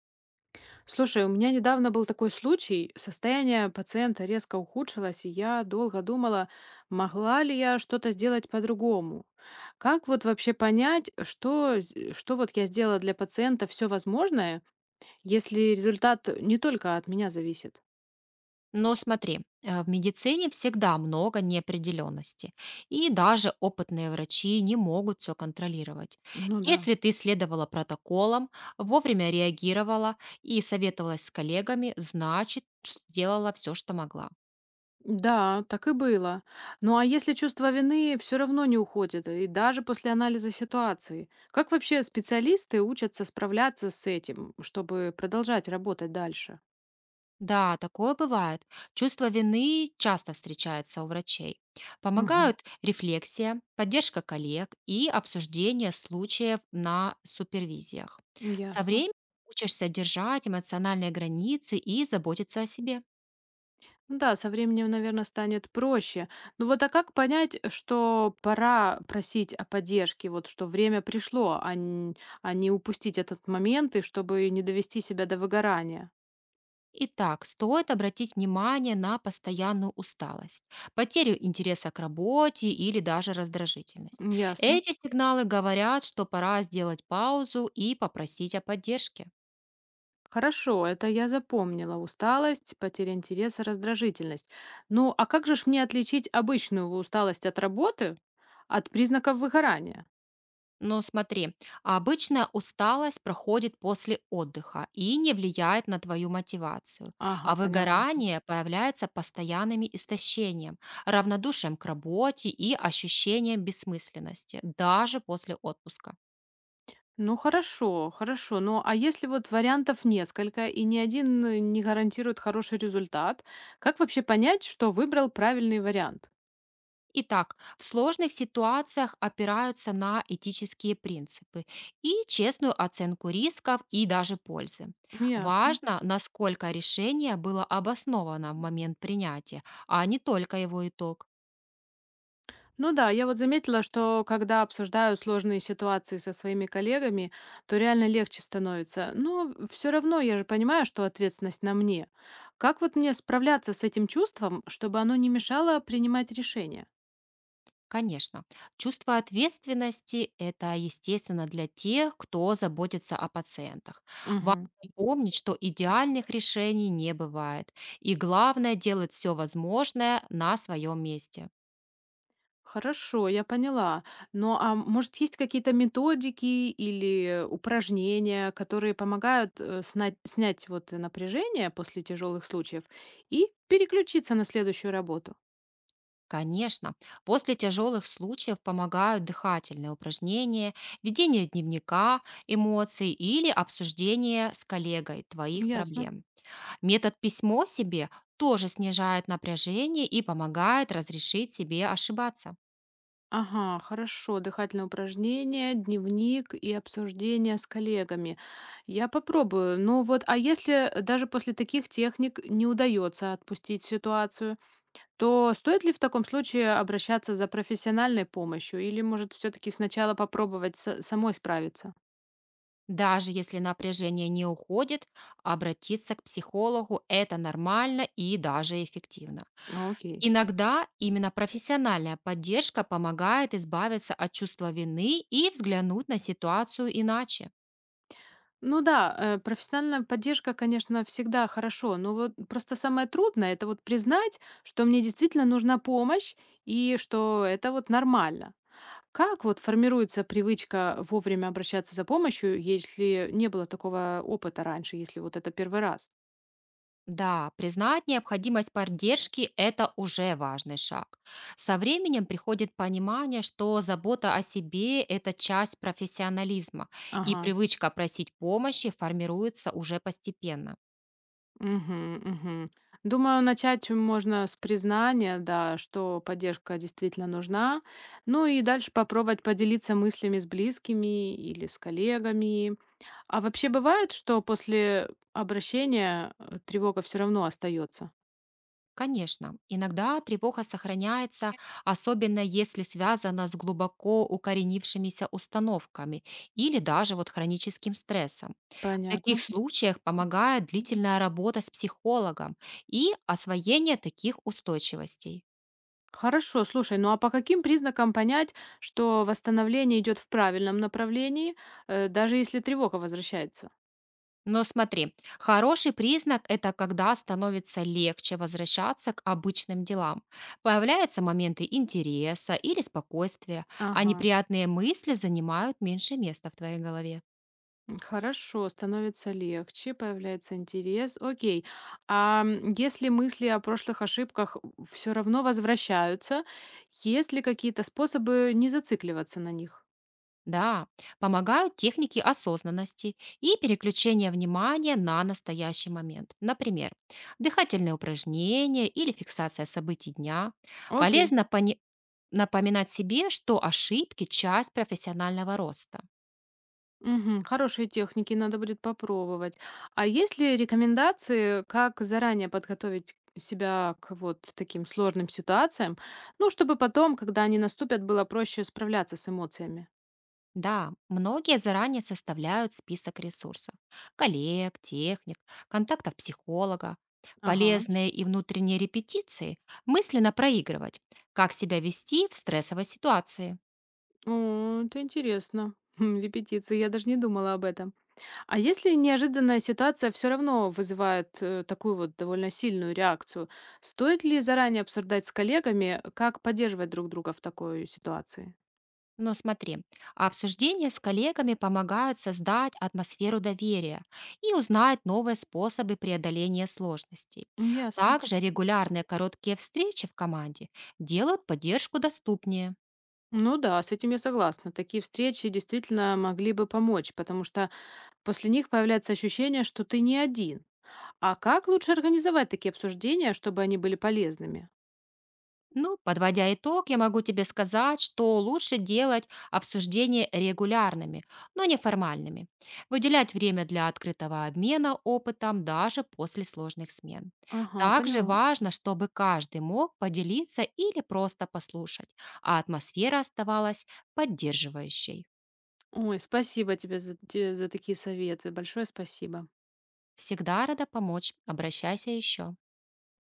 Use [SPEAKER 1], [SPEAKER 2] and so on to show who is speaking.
[SPEAKER 1] Слушай, у меня недавно был такой случай. Состояние пациента резко ухудшилось, и я долго думала, могла ли я что-то сделать по-другому. Как вот вообще понять, что вот я сделала для пациента все возможное, если результат не только от меня зависит?
[SPEAKER 2] Но смотри, в медицине всегда много неопределенности, и даже опытные врачи не могут все контролировать.
[SPEAKER 1] Ну да.
[SPEAKER 2] Если ты следовала протоколам, вовремя реагировала и советовалась с коллегами, значит, сделала все, что могла.
[SPEAKER 1] Да, так и было. Ну а если чувство вины все равно не уходит, и даже после анализа ситуации, как вообще специалисты учатся справляться с этим, чтобы продолжать работать дальше?
[SPEAKER 2] Да, такое бывает. Чувство вины часто встречается у врачей. Помогают рефлексия, поддержка коллег и обсуждение случаев на супервизиях. Со
[SPEAKER 1] Ясно.
[SPEAKER 2] временем учишься держать эмоциональные границы и заботиться о себе.
[SPEAKER 1] Ну да, со временем, наверное, станет проще. Ну вот, а как понять, что пора просить о поддержке, вот что время пришло, а не упустить этот момент и чтобы не довести себя до выгорания?
[SPEAKER 2] Итак, стоит обратить внимание на постоянную усталость, потерю интереса к работе или даже раздражительность.
[SPEAKER 1] М, ясно.
[SPEAKER 2] Эти сигналы говорят, что пора сделать паузу и попросить о поддержке.
[SPEAKER 1] Хорошо, это я запомнила. Усталость, потеря интереса, раздражительность. Ну, а как же ж мне отличить обычную усталость от работы от признаков выгорания?
[SPEAKER 2] Но смотри, обычная усталость проходит после отдыха и не влияет на твою мотивацию,
[SPEAKER 1] Ага,
[SPEAKER 2] а
[SPEAKER 1] поняла.
[SPEAKER 2] выгорание появляется постоянным истощением, равнодушием к работе и ощущением бессмысленности, даже после отпуска.
[SPEAKER 1] Ну хорошо, хорошо. Ну а если вот вариантов несколько и ни один не гарантирует хороший результат, как вообще понять, что выбрал правильный вариант?
[SPEAKER 2] Итак, в сложных ситуациях опираются на этические принципы и честную оценку рисков и даже пользы.
[SPEAKER 1] Ясно.
[SPEAKER 2] Важно, насколько решение было обосновано в момент принятия, а не только его итог.
[SPEAKER 1] Ну да, я вот заметила, что когда обсуждаю сложные ситуации со своими коллегами, то реально легче становится. Но все равно я же понимаю, что ответственность на мне. Как вот мне справляться с этим чувством, чтобы оно не мешало принимать решения?
[SPEAKER 2] Конечно. Чувство ответственности– это естественно для тех, кто заботится о пациентах. Важно
[SPEAKER 1] Мгм.
[SPEAKER 2] помнить, что идеальных решений не бывает. И главное– делать все возможное на своем месте.
[SPEAKER 1] Хорошо, я поняла. Но, а может, есть какие-то методики или упражнения, которые помогают снять вот напряжение после тяжелых случаев и переключиться на следующую работу?
[SPEAKER 2] Конечно, после тяжелых случаев помогают дыхательные упражнения, ведение дневника эмоций или обсуждение с коллегой твоих
[SPEAKER 1] Ясно.
[SPEAKER 2] проблем. Метод письмо себе тоже снижает напряжение и помогает разрешить себе ошибаться.
[SPEAKER 1] Ага, хорошо. Дыхательные упражнения, дневник и обсуждение с коллегами. Я попробую. Ну вот, а если даже после таких техник не удается отпустить ситуацию? То стоит ли в таком случае обращаться за профессиональной помощью или, может, все-таки сначала попробовать самой справиться?
[SPEAKER 2] Даже если напряжение не уходит, обратиться к психологу– это нормально и даже эффективно.
[SPEAKER 1] А, окей.
[SPEAKER 2] Иногда именно профессиональная поддержка помогает избавиться от чувства вины и взглянуть на ситуацию иначе.
[SPEAKER 1] Ну да, профессиональная поддержка, конечно, всегда хорошо, но вот просто самое трудное это вот признать, что мне действительно нужна помощь и что это вот нормально. Как вот формируется привычка вовремя обращаться за помощью, если не было такого опыта раньше, если вот это первый раз?
[SPEAKER 2] Да, признать необходимость поддержки– это уже важный шаг. Со временем приходит понимание, что забота о себе– это часть профессионализма, и
[SPEAKER 1] Ага.
[SPEAKER 2] привычка просить помощи формируется уже постепенно.
[SPEAKER 1] Мгм, мгм. Думаю, начать можно с признания, да, что поддержка действительно нужна. Ну и дальше попробовать поделиться мыслями с близкими или с коллегами. А вообще бывает, что после обращения тревога все равно остается?
[SPEAKER 2] Конечно, иногда тревога сохраняется, особенно если связана с глубоко укоренившимися установками или даже вот хроническим стрессом. В таких
[SPEAKER 1] Понятно.
[SPEAKER 2] случаях помогает длительная работа с психологом и освоение таких устойчивостей.
[SPEAKER 1] Хорошо, слушай, ну а по каким признакам понять, что восстановление идет в правильном направлении, даже если тревога возвращается?
[SPEAKER 2] Но смотри, хороший признак– это когда становится легче возвращаться к обычным делам. Появляются моменты интереса или спокойствия, а
[SPEAKER 1] Ага.
[SPEAKER 2] неприятные мысли занимают меньше места в твоей голове.
[SPEAKER 1] Хорошо, становится легче, появляется интерес. Окей. Если мысли о прошлых ошибках все равно возвращаются, есть ли какие-то способы не зацикливаться на них?
[SPEAKER 2] Да, помогают техники осознанности и переключения внимания на настоящий момент. Например, дыхательные упражнения или фиксация событий дня.
[SPEAKER 1] Окей.
[SPEAKER 2] Полезно пони- напоминать себе, что ошибки– часть профессионального роста.
[SPEAKER 1] Мгм. Хорошие техники надо будет попробовать. А есть ли рекомендации, как заранее подготовить себя к вот таким сложным ситуациям, ну, чтобы потом, когда они наступят, было проще справляться с эмоциями?
[SPEAKER 2] Да, многие заранее составляют список ресурсов. Коллег, техник, контактов психолога.
[SPEAKER 1] Ага.
[SPEAKER 2] Полезные и внутренние репетиции мысленно проигрывать, как себя вести в стрессовой ситуации.
[SPEAKER 1] О, это интересно. Хм, репетиции, я даже не думала об этом. А если неожиданная ситуация все равно вызывает такую вот довольно сильную реакцию, стоит ли заранее обсуждать с коллегами, как поддерживать друг друга в такой ситуации?
[SPEAKER 2] Но смотри, обсуждения с коллегами помогают создать атмосферу доверия и узнать новые способы преодоления сложностей.
[SPEAKER 1] Ясно.
[SPEAKER 2] Также регулярные короткие встречи в команде делают поддержку доступнее.
[SPEAKER 1] Ну да, с этим я согласна. Такие встречи действительно могли бы помочь, потому что после них появляется ощущение, что ты не один. А как лучше организовать такие обсуждения, чтобы они были полезными?
[SPEAKER 2] Ну, подводя итог, я могу тебе сказать, что лучше делать обсуждения регулярными, но не формальными. Выделять время для открытого обмена опытом даже после сложных смен.
[SPEAKER 1] Ага,
[SPEAKER 2] Также
[SPEAKER 1] поняла.
[SPEAKER 2] важно, чтобы каждый мог поделиться или просто послушать, а атмосфера оставалась поддерживающей.
[SPEAKER 1] Ой, спасибо тебе за такие советы. Большое спасибо.
[SPEAKER 2] Всегда рада помочь. Обращайся еще.